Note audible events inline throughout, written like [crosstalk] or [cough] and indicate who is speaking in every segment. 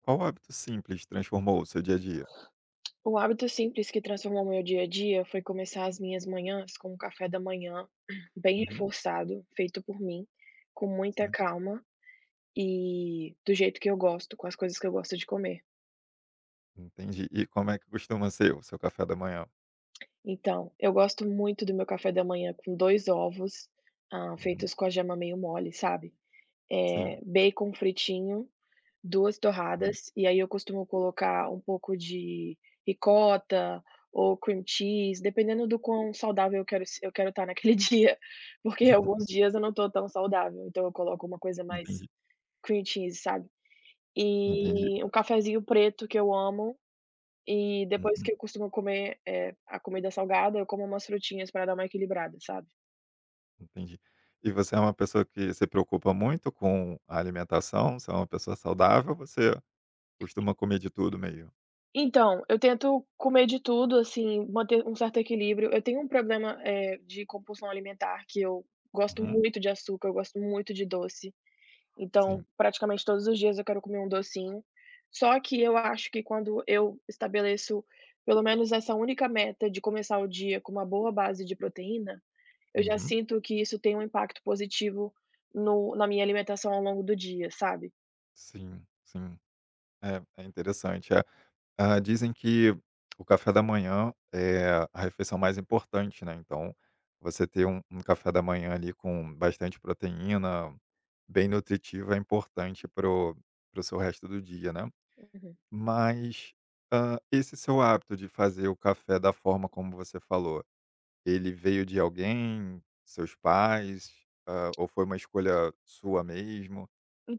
Speaker 1: Qual hábito simples transformou o seu dia a dia?
Speaker 2: O hábito simples que transformou meu dia a dia foi começar as minhas manhãs com um café da manhã [clears throat] bem
Speaker 1: Uhum,
Speaker 2: reforçado, feito por mim, com muita
Speaker 1: sim,
Speaker 2: calma e do jeito que eu gosto, com as coisas que eu gosto de comer.
Speaker 1: entendi. E como é que costuma ser o seu café da manhã?
Speaker 2: Então, eu gosto muito do meu café da manhã com 2 ovos,
Speaker 1: Uhum,
Speaker 2: feitos com a gema meio mole, sabe?
Speaker 1: sim.
Speaker 2: Bacon fritinho, 2
Speaker 1: Hum.
Speaker 2: torradas, e aí eu costumo colocar um pouco de ricota ou cream cheese, dependendo do quão saudável eu quero se eu quero estar naquele [laughs] dia, porque alguns
Speaker 1: [laughs]
Speaker 2: dias eu não tô tão saudável, então eu coloco uma coisa mais
Speaker 1: Entendi,
Speaker 2: cream cheese, sabe.
Speaker 1: entendi.
Speaker 2: E um cafezinho preto que eu amo, e depois
Speaker 1: Uhum,
Speaker 2: que eu costumo comer, a comida salgada, eu como umas frutinhas para dar uma equilibrada, sabe.
Speaker 1: entendi. E você é uma pessoa que se preocupa muito com a alimentação? Você é uma pessoa saudável ou você costuma comer de tudo meio?
Speaker 2: Então, eu tento comer de tudo, assim, manter um certo equilíbrio. Eu tenho um problema, de compulsão alimentar, que eu gosto
Speaker 1: Uhum,
Speaker 2: muito de açúcar, eu gosto muito de doce.
Speaker 1: sim.
Speaker 2: Então, praticamente todos os dias eu quero comer um docinho. Só que eu acho que quando eu estabeleço pelo menos essa única meta de começar o dia com uma boa base de proteína, eu já
Speaker 1: Uhum,
Speaker 2: sinto que isso tem um impacto positivo no na minha alimentação ao longo do dia, sabe.
Speaker 1: sim, sim. É, é interessante. Ah, dizem que o café da manhã é a refeição mais importante, né, então você ter um café da manhã ali com bastante proteína, bem nutritivo, é importante pro seu resto do dia, né.
Speaker 2: Uhum.
Speaker 1: Mas, esse seu hábito de fazer o café da forma como você falou, ele veio de alguém, seus pais, ou foi uma escolha sua mesmo?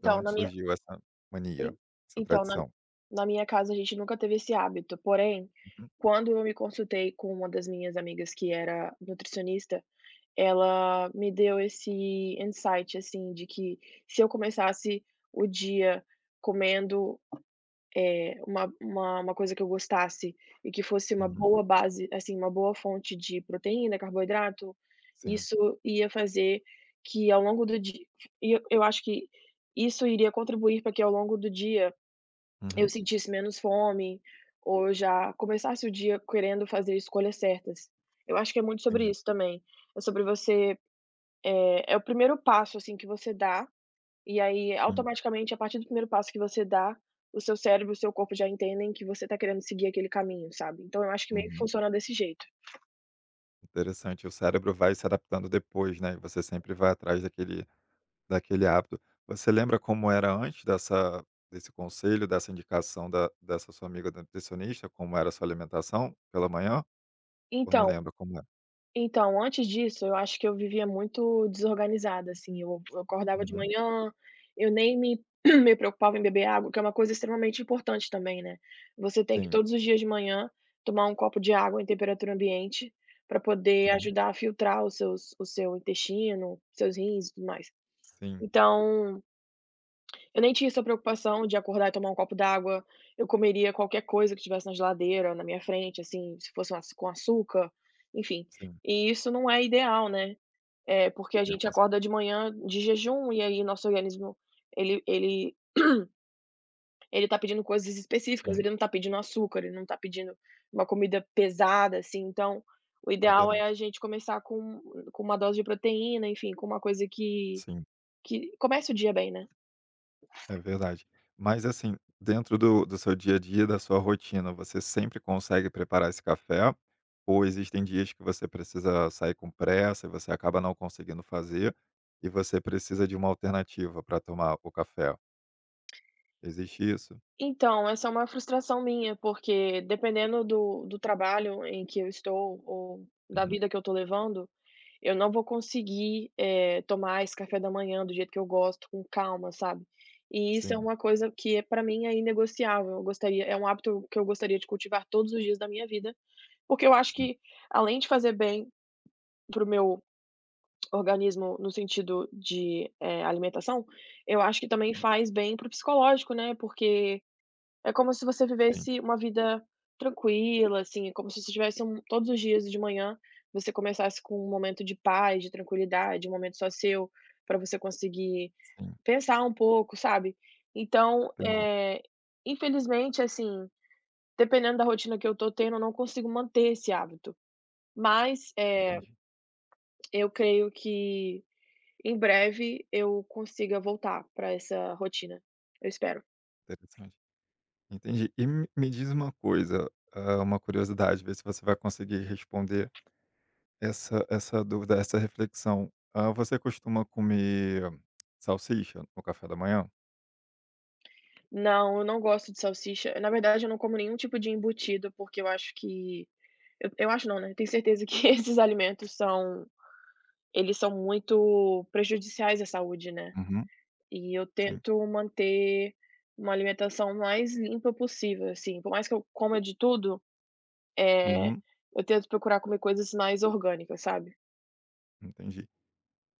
Speaker 1: Da onde
Speaker 2: na minha
Speaker 1: surgiu essa mania,
Speaker 2: En
Speaker 1: essa
Speaker 2: então, na
Speaker 1: tradição?
Speaker 2: na minha casa a gente nunca teve esse hábito, porém,
Speaker 1: Uhum,
Speaker 2: quando eu me consultei com uma das minhas amigas que era nutricionista, ela me deu esse insight, assim, de que se eu começasse o dia comendo, uma coisa que eu gostasse e que fosse uma
Speaker 1: uhum,
Speaker 2: boa base, assim, uma boa fonte de proteína, carboidrato,
Speaker 1: sim,
Speaker 2: isso ia fazer que ao longo do dia e eu acho que isso iria contribuir para que ao longo do dia eu
Speaker 1: uhum,
Speaker 2: sentisse menos fome, ou eu já começasse o dia querendo fazer escolhas certas. Eu acho que é muito sobre
Speaker 1: entendi.
Speaker 2: isso também. É sobre você é o primeiro passo, assim, que você dá, e aí
Speaker 1: Sim.
Speaker 2: automaticamente a partir do primeiro passo que você dá, o seu cérebro e o seu corpo já entendem que você tá querendo seguir aquele caminho, sabe. Então eu acho que meio que
Speaker 1: Uhum.
Speaker 2: funciona desse jeito.
Speaker 1: Interessante. O cérebro vai se adaptando depois, né, e você
Speaker 2: Hum.
Speaker 1: sempre vai atrás daquele hábito. Você lembra como era antes dessa desse conselho, dessa indicação da dessa sua amiga da nutricionista, como era a sua alimentação pela manhã? Ou não
Speaker 2: Então,
Speaker 1: lembra como era?
Speaker 2: Então, antes disso, eu acho que eu vivia muito desorganizada, assim, eu acordava de
Speaker 1: Uhum.
Speaker 2: manhã, eu nem me [clears throat] me preocupava em beber água, que é uma coisa extremamente importante também, né. Você tem que
Speaker 1: Sim.
Speaker 2: todos os dias de manhã tomar um copo de água em temperatura ambiente, para poder
Speaker 1: Uhum.
Speaker 2: ajudar a filtrar os seus o seu intestino, seus rins e tudo mais.
Speaker 1: Sim,
Speaker 2: Então eu nem tinha essa preocupação de acordar e tomar um copo d'água, eu comeria qualquer coisa que tivesse na geladeira, na minha frente, assim, se fosse um aç com açúcar, enfim.
Speaker 1: sim.
Speaker 2: E isso não é ideal, né. É porque a
Speaker 1: Eu
Speaker 2: gente
Speaker 1: com
Speaker 2: acorda de manhã de jejum e aí nosso organismo, ele ele ele tá pedindo coisas específicas,
Speaker 1: sim,
Speaker 2: ele não tá pedindo açúcar, ele não tá pedindo uma comida pesada, assim, então o
Speaker 1: é
Speaker 2: ideal é
Speaker 1: verdade.
Speaker 2: a gente começar com uma dose de proteína, enfim, com uma coisa que
Speaker 1: Sim.
Speaker 2: comece o dia bem, né.
Speaker 1: É verdade. Mas assim, dentro do seu dia a dia, da sua rotina, você sempre consegue preparar esse café? Ou existem dias que você precisa sair com pressa e você acaba não conseguindo fazer, e você precisa de uma alternativa para tomar o café? Existe isso?
Speaker 2: Então, essa é uma frustração minha, porque dependendo do trabalho em que eu estou ou da
Speaker 1: Uhum.
Speaker 2: vida que eu estou levando, eu não vou conseguir, tomar esse café da manhã do jeito que eu gosto, com calma, sabe. E isso é
Speaker 1: Sim,
Speaker 2: uma coisa que é pra mim é inegociável, eu gostaria é um hábito que eu gostaria de cultivar todos os dias da minha vida, porque eu acho
Speaker 1: sim,
Speaker 2: que além de fazer bem para o meu organismo no sentido de, alimentação, eu acho que também faz bem para o psicológico, né, porque é como se você
Speaker 1: sim,
Speaker 2: vivesse uma vida tranquila, assim, é como se você tivesse um todos os dias de manhã, você começasse com um momento de paz, de tranquilidade, um momento só seu, para você conseguir
Speaker 1: sim.
Speaker 2: pensar um pouco, sabe. Então,
Speaker 1: Entendi,
Speaker 2: infelizmente, assim, dependendo da rotina que eu tô tendo, eu não consigo manter esse hábito, mas,
Speaker 1: entendi.
Speaker 2: eu creio que em breve eu consiga voltar para essa rotina, eu espero.
Speaker 1: Interessante. Entendi. E me diz uma coisa, uma curiosidade, ver se você vai conseguir responder. Essa dúvida, essa reflexão. Ah, você costuma comer salsicha no café da manhã?
Speaker 2: Não, eu não gosto de salsicha. Na verdade, eu não como nenhum tipo de embutido, porque eu acho que eu acho não, né, tenho certeza que [laughs] esses alimentos são eles são muito prejudiciais à saúde, né.
Speaker 1: Uhum.
Speaker 2: E eu
Speaker 1: Sim.
Speaker 2: tento manter uma alimentação mais limpa possível, assim. Por mais que eu coma de tudo, é
Speaker 1: Uhum,
Speaker 2: eu tento procurar comer coisas mais orgânicas, sabe.
Speaker 1: entendi.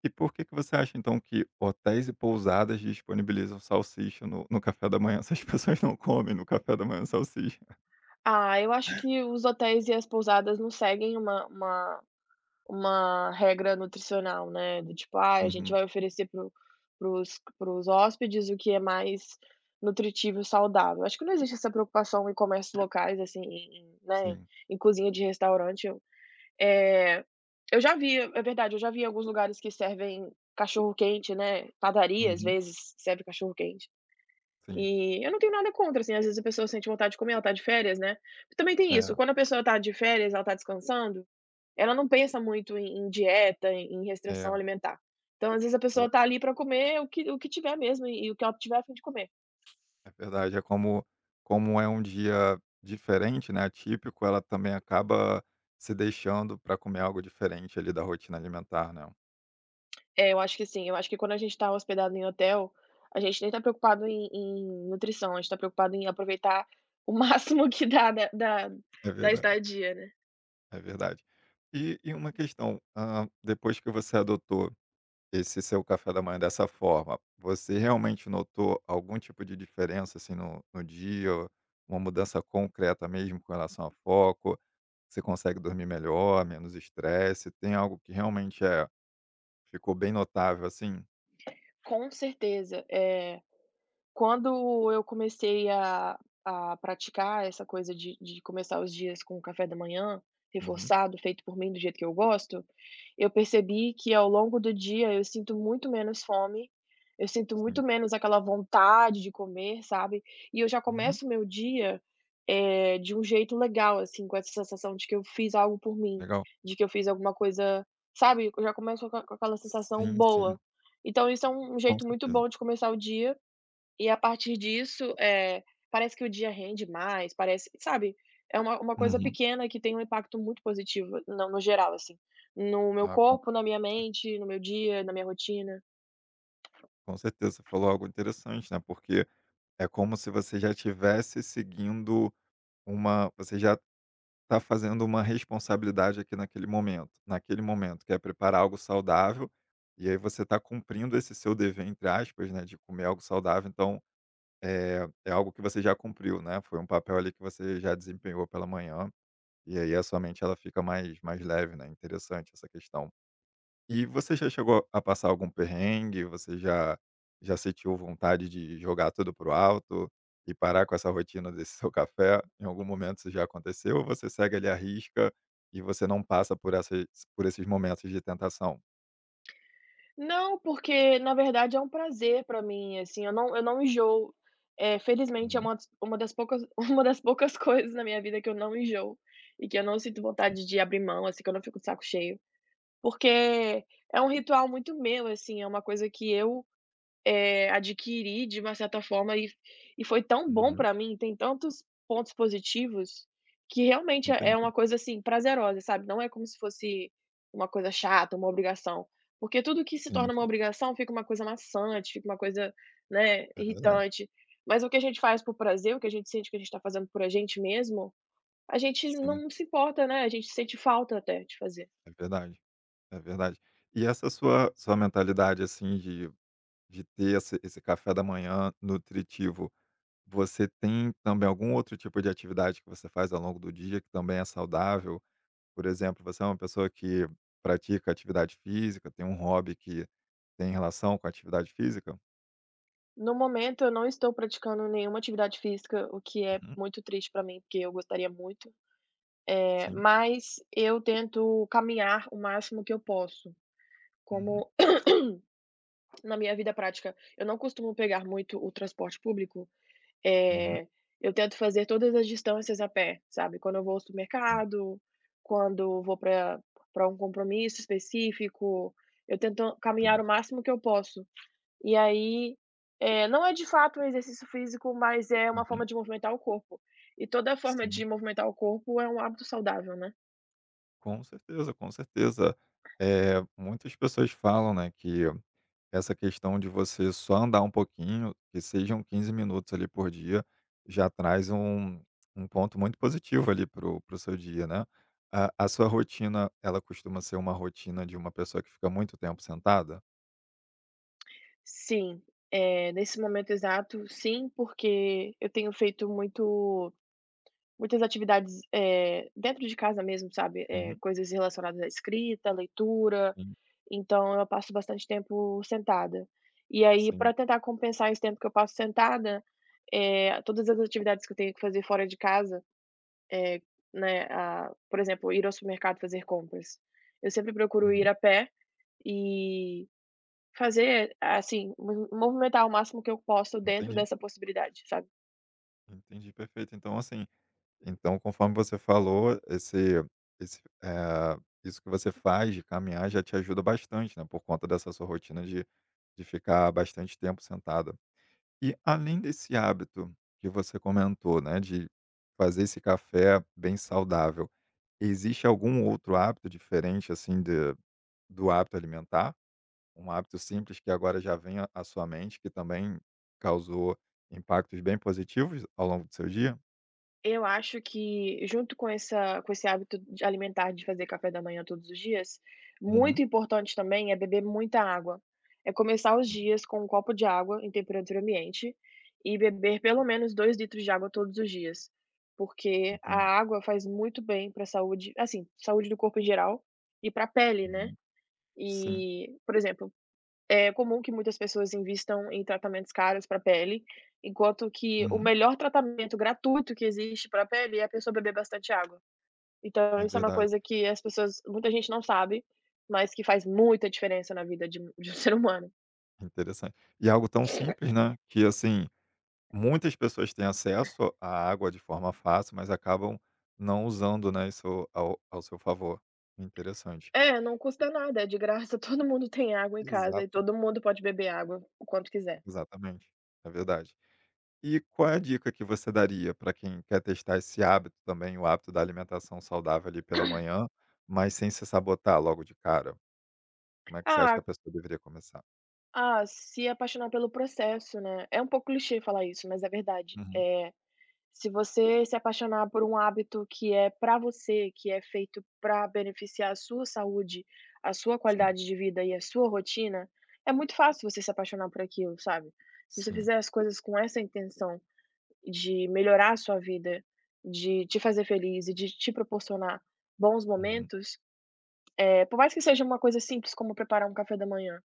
Speaker 1: E por que que você acha então que hotéis e pousadas disponibilizam salsicha no café da manhã, [laughs] se as pessoas não comem no café da manhã salsicha?
Speaker 2: Ah, eu acho que os hotéis e as pousadas não seguem uma uma regra nutricional, né, do tipo: ah a gente
Speaker 1: Uhum,
Speaker 2: vai oferecer para os hóspedes o que é mais nutritivo e saudável. Acho que não existe essa preocupação em comércios locais, assim, né,
Speaker 1: sim.
Speaker 2: em cozinha de restaurante. Eu, eh, eu já vi é verdade, eu já vi alguns lugares que servem cachorro-quente, né, padaria, às
Speaker 1: Uhum,
Speaker 2: vezes, serve cachorro-quente.
Speaker 1: sim.
Speaker 2: E eu não tenho nada contra, assim, às vezes a pessoa sente vontade de comer, ela tá de férias, né. Também tem isso,
Speaker 1: É,
Speaker 2: quando a pessoa tá de férias, ela tá descansando, ela não pensa muito em dieta, em restrição
Speaker 1: é,
Speaker 2: alimentar. Então, às vezes, a
Speaker 1: ela
Speaker 2: pessoa tá ali para comer o que tiver mesmo e o que ela tiver a fim de comer.
Speaker 1: é verdade, é como como é um dia diferente, né, atípico, ela também acaba se deixando para comer algo diferente ali da rotina alimentar, né?
Speaker 2: É, eu acho que sim eu acho que quando a gente tá hospedado em hotel, a gente nem tá preocupado em nutrição, a gente tá preocupado em aproveitar o [laughs] máximo que dá da da
Speaker 1: É
Speaker 2: da
Speaker 1: verdade,
Speaker 2: estadia, né.
Speaker 1: é verdade. E uma questão, depois que você adotou esse seu café da manhã dessa forma, você realmente notou algum tipo de diferença, assim, no dia, uma mudança concreta mesmo com relação a foco? Você consegue dormir melhor, menos estresse? Tem algo que realmente ficou bem notável, assim?
Speaker 2: Com certeza. Quando eu comecei a praticar essa coisa de começar os dias com o café da manhã
Speaker 1: Uhum,
Speaker 2: reforçado, feito por mim do jeito que eu gosto, eu percebi que ao longo do dia eu sinto muito menos fome, eu sinto
Speaker 1: sim.
Speaker 2: muito menos aquela vontade de comer, sabe, e eu já
Speaker 1: Uhum,
Speaker 2: começo o meu dia, de um jeito legal, assim, com essa sensação de que eu fiz algo por mim,
Speaker 1: legal.
Speaker 2: de que eu fiz alguma coisa, sabe, eu já começo com aquela sensação
Speaker 1: Sim, sim,
Speaker 2: boa. Então isso é um
Speaker 1: com
Speaker 2: jeito muito
Speaker 1: certeza.
Speaker 2: bom de começar o dia e a partir disso, parece que o dia rende mais, parece sabe, é uma coisa
Speaker 1: Uhum.
Speaker 2: pequena que tem um impacto muito positivo no geral, assim, no meu
Speaker 1: Ah, com
Speaker 2: corpo, na minha
Speaker 1: cer
Speaker 2: mente, no meu dia, na minha rotina.
Speaker 1: com certeza, você falou algo interessante, né, porque é como se você já estivesse seguindo uma você já está fazendo uma responsabilidade aqui naquele momento, que é preparar algo saudável, e aí você está cumprindo esse seu "dever", entre aspas, né, de comer algo saudável, então, é algo que você já cumpriu, né, foi um papel ali que você já desempenhou pela manhã, e aí a sua mente ela fica mais leve, né, interessante essa questão. E você já chegou a passar algum perrengue? Você já sentiu vontade de jogar tudo pro alto e parar com essa rotina desse [laughs] seu café? Em algum momento isso já aconteceu ou você segue ali a risca e você não passa por essas por esses momentos de tentação?
Speaker 2: Não, porque na verdade é um prazer pra mim, assim, eu não enjoo. Felizmente é
Speaker 1: Uhum,
Speaker 2: uma das poucas [laughs] uma das poucas coisas na minha vida que eu não enjoo e que eu não sinto
Speaker 1: sim.
Speaker 2: vontade de abrir mão, assim, que eu não fico de saco cheio, porque é um ritual muito meu, assim, é uma coisa que eu adquiri de uma certa forma e foi tão bom
Speaker 1: Uhum,
Speaker 2: para mim, tem tantos pontos positivos, que realmente é
Speaker 1: entendi.
Speaker 2: uma coisa, assim, prazerosa, sabe, não é como se fosse uma coisa chata, uma obrigação, porque tudo que se
Speaker 1: Sim,
Speaker 2: torna uma
Speaker 1: sim.
Speaker 2: obrigação fica uma coisa maçante, fica uma coisa, né,
Speaker 1: É verdade.
Speaker 2: irritante, mas o que a gente faz por prazer, o que a gente sente que a gente está fazendo por a gente mesmo, a gente
Speaker 1: Sim,
Speaker 2: não se importa, né, a gente sente falta até de fazer.
Speaker 1: é verdade, é verdade. E essa sua mentalidade, assim, de ter esse café da manhã nutritivo. Você tem também algum outro tipo de atividade que você faz ao longo do dia que também é saudável? Por exemplo, você é uma pessoa que pratica atividade física, tem um hobby que tem relação com a atividade física?
Speaker 2: No momento, eu não estou praticando nenhuma atividade física, o que é
Speaker 1: Uhum,
Speaker 2: muito triste para mim, porque eu gostaria muito,
Speaker 1: sim.
Speaker 2: mas eu tento caminhar o máximo que eu posso.
Speaker 1: Uhum,
Speaker 2: Como na minha vida prática eu não costumo pegar muito o transporte público,
Speaker 1: uhum,
Speaker 2: eh, eu tento fazer todas as distâncias a pé, sabe. Quando eu vou ao
Speaker 1: tem,
Speaker 2: supermercado, quando vou para um compromisso específico, eu tento
Speaker 1: tem.
Speaker 2: caminhar o máximo que eu posso. E aí, não é de fato um exercício físico, mas é uma forma
Speaker 1: Uhum,
Speaker 2: de movimentar o corpo. E toda forma
Speaker 1: sim,
Speaker 2: de movimentar o corpo é um hábito saudável, né.
Speaker 1: com certeza, com certeza. É, muitas pessoas falam, né, que essa questão de você só andar um pouquinho, que sejam 15 minutos ali por dia, já traz um ponto muito positivo ali para o seu dia, né. A sua rotina, ela costuma ser uma rotina de uma pessoa que fica muito tempo sentada?
Speaker 2: Sim, nesse momento exato, sim, porque eu tenho feito muito muitas atividades, dentro de casa mesmo, sabe,
Speaker 1: Uhum.
Speaker 2: coisas relacionadas à escrita, à leitura,
Speaker 1: Sim,
Speaker 2: então eu passo bastante tempo sentada. E aí,
Speaker 1: sim.
Speaker 2: para tentar compensar esse tempo que eu passo sentada, todas as atividades que eu tenho que fazer fora de casa. Eh, né, a por exemplo, ir ao supermercado fazer compras. Eu sempre procuro ir
Speaker 1: Uhum.
Speaker 2: a pé e fazer, assim, mo movimentar o máximo que eu posso dentro
Speaker 1: Entendi,
Speaker 2: dessa possibilidade, sabe?
Speaker 1: entendi, perfeito. Então assim, então conforme você falou, esse, eh, isso que você faz de caminhar já te ajuda bastante, né, por conta dessa sua rotina de ficar bastante tempo sentada. E além desse hábito que você comentou, né, de fazer esse café bem saudável, existe algum outro hábito diferente, assim, de, do hábito alimentar? Um hábito simples que agora já vem à sua mente, que também causou impactos bem positivos ao longo do seu dia?
Speaker 2: Eu acho que junto com esse hábito de alimentar, de fazer café da manhã todos os dias,
Speaker 1: Uhum,
Speaker 2: muito importante também é beber muita água. É começar os dias com um copo de água em temperatura ambiente e beber pelo menos 2 litros de água todos os dias, porque a
Speaker 1: entendi.
Speaker 2: água faz muito bem para a saúde, assim, saúde do corpo em geral e para a pele, né.
Speaker 1: Uhum, sim,
Speaker 2: E, por exemplo, é comum que muitas pessoas invistam em tratamentos caros para a pele, enquanto que o
Speaker 1: uhum,
Speaker 2: melhor tratamento gratuito que existe para a pele é a pessoa beber bastante água. Então
Speaker 1: é
Speaker 2: isso é uma
Speaker 1: verdade.
Speaker 2: coisa que as pessoas muita gente não sabe, mas que faz muita diferença na vida de um [laughs] ser humano.
Speaker 1: Interessante. E algo tão simples, né, que assim, muitas pessoas têm acesso à água de forma fácil, mas acabam não usando, né, isso ao seu favor. Interessante.
Speaker 2: É, não custa nada, é de graça, [laughs] todo mundo tem água em casa e
Speaker 1: Exato,
Speaker 2: todo mundo pode beber água o quanto quiser.
Speaker 1: exatamente, é verdade. E qual é a dica que você daria para quem quer testar esse hábito também, o hábito da alimentação saudável ali pela manhã, mas sem se sabotar logo de cara? Como é que você acha que a
Speaker 2: Ah
Speaker 1: pessoa deveria começar?
Speaker 2: ah, se apaixonar pelo processo, né, é um pouco clichê falar isso, mas é verdade.
Speaker 1: Uhum.
Speaker 2: É. Se você se apaixonar por um hábito que é para você, que é feito para beneficiar a sua saúde, a sua
Speaker 1: Sim,
Speaker 2: qualidade de vida e a sua rotina, é muito fácil você se apaixonar por aquilo, sabe. Se você
Speaker 1: sim.
Speaker 2: fizer as coisas com essa intenção de melhorar a sua vida, de te fazer feliz e de te proporcionar bons
Speaker 1: Uhum.
Speaker 2: momentos, por mais que seja uma coisa simples como preparar um café da manhã,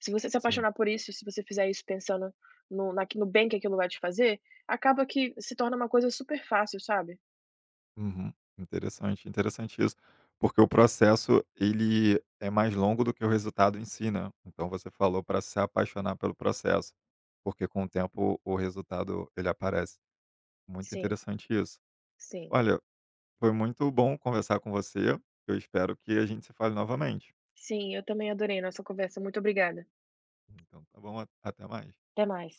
Speaker 2: se você se
Speaker 1: Sim.
Speaker 2: apaixonar por isso, se você fizer isso pensando no bem que aquilo vai te fazer, acaba que se torna uma coisa super fácil, sabe.
Speaker 1: Uhum. Interessante, interessante isso. Porque o processo, ele é mais longo do que o resultado em si, né. Então você falou para se apaixonar pelo processo, porque com o tempo o resultado, ele aparece. Muito
Speaker 2: Sim,
Speaker 1: interessante isso.
Speaker 2: sim.
Speaker 1: Olha, foi muito bom conversar com você, eu espero que a gente se fale novamente.
Speaker 2: Sim, eu também adorei nossa conversa. Muito obrigada.
Speaker 1: Então tá bom, a até mais.
Speaker 2: Até mais.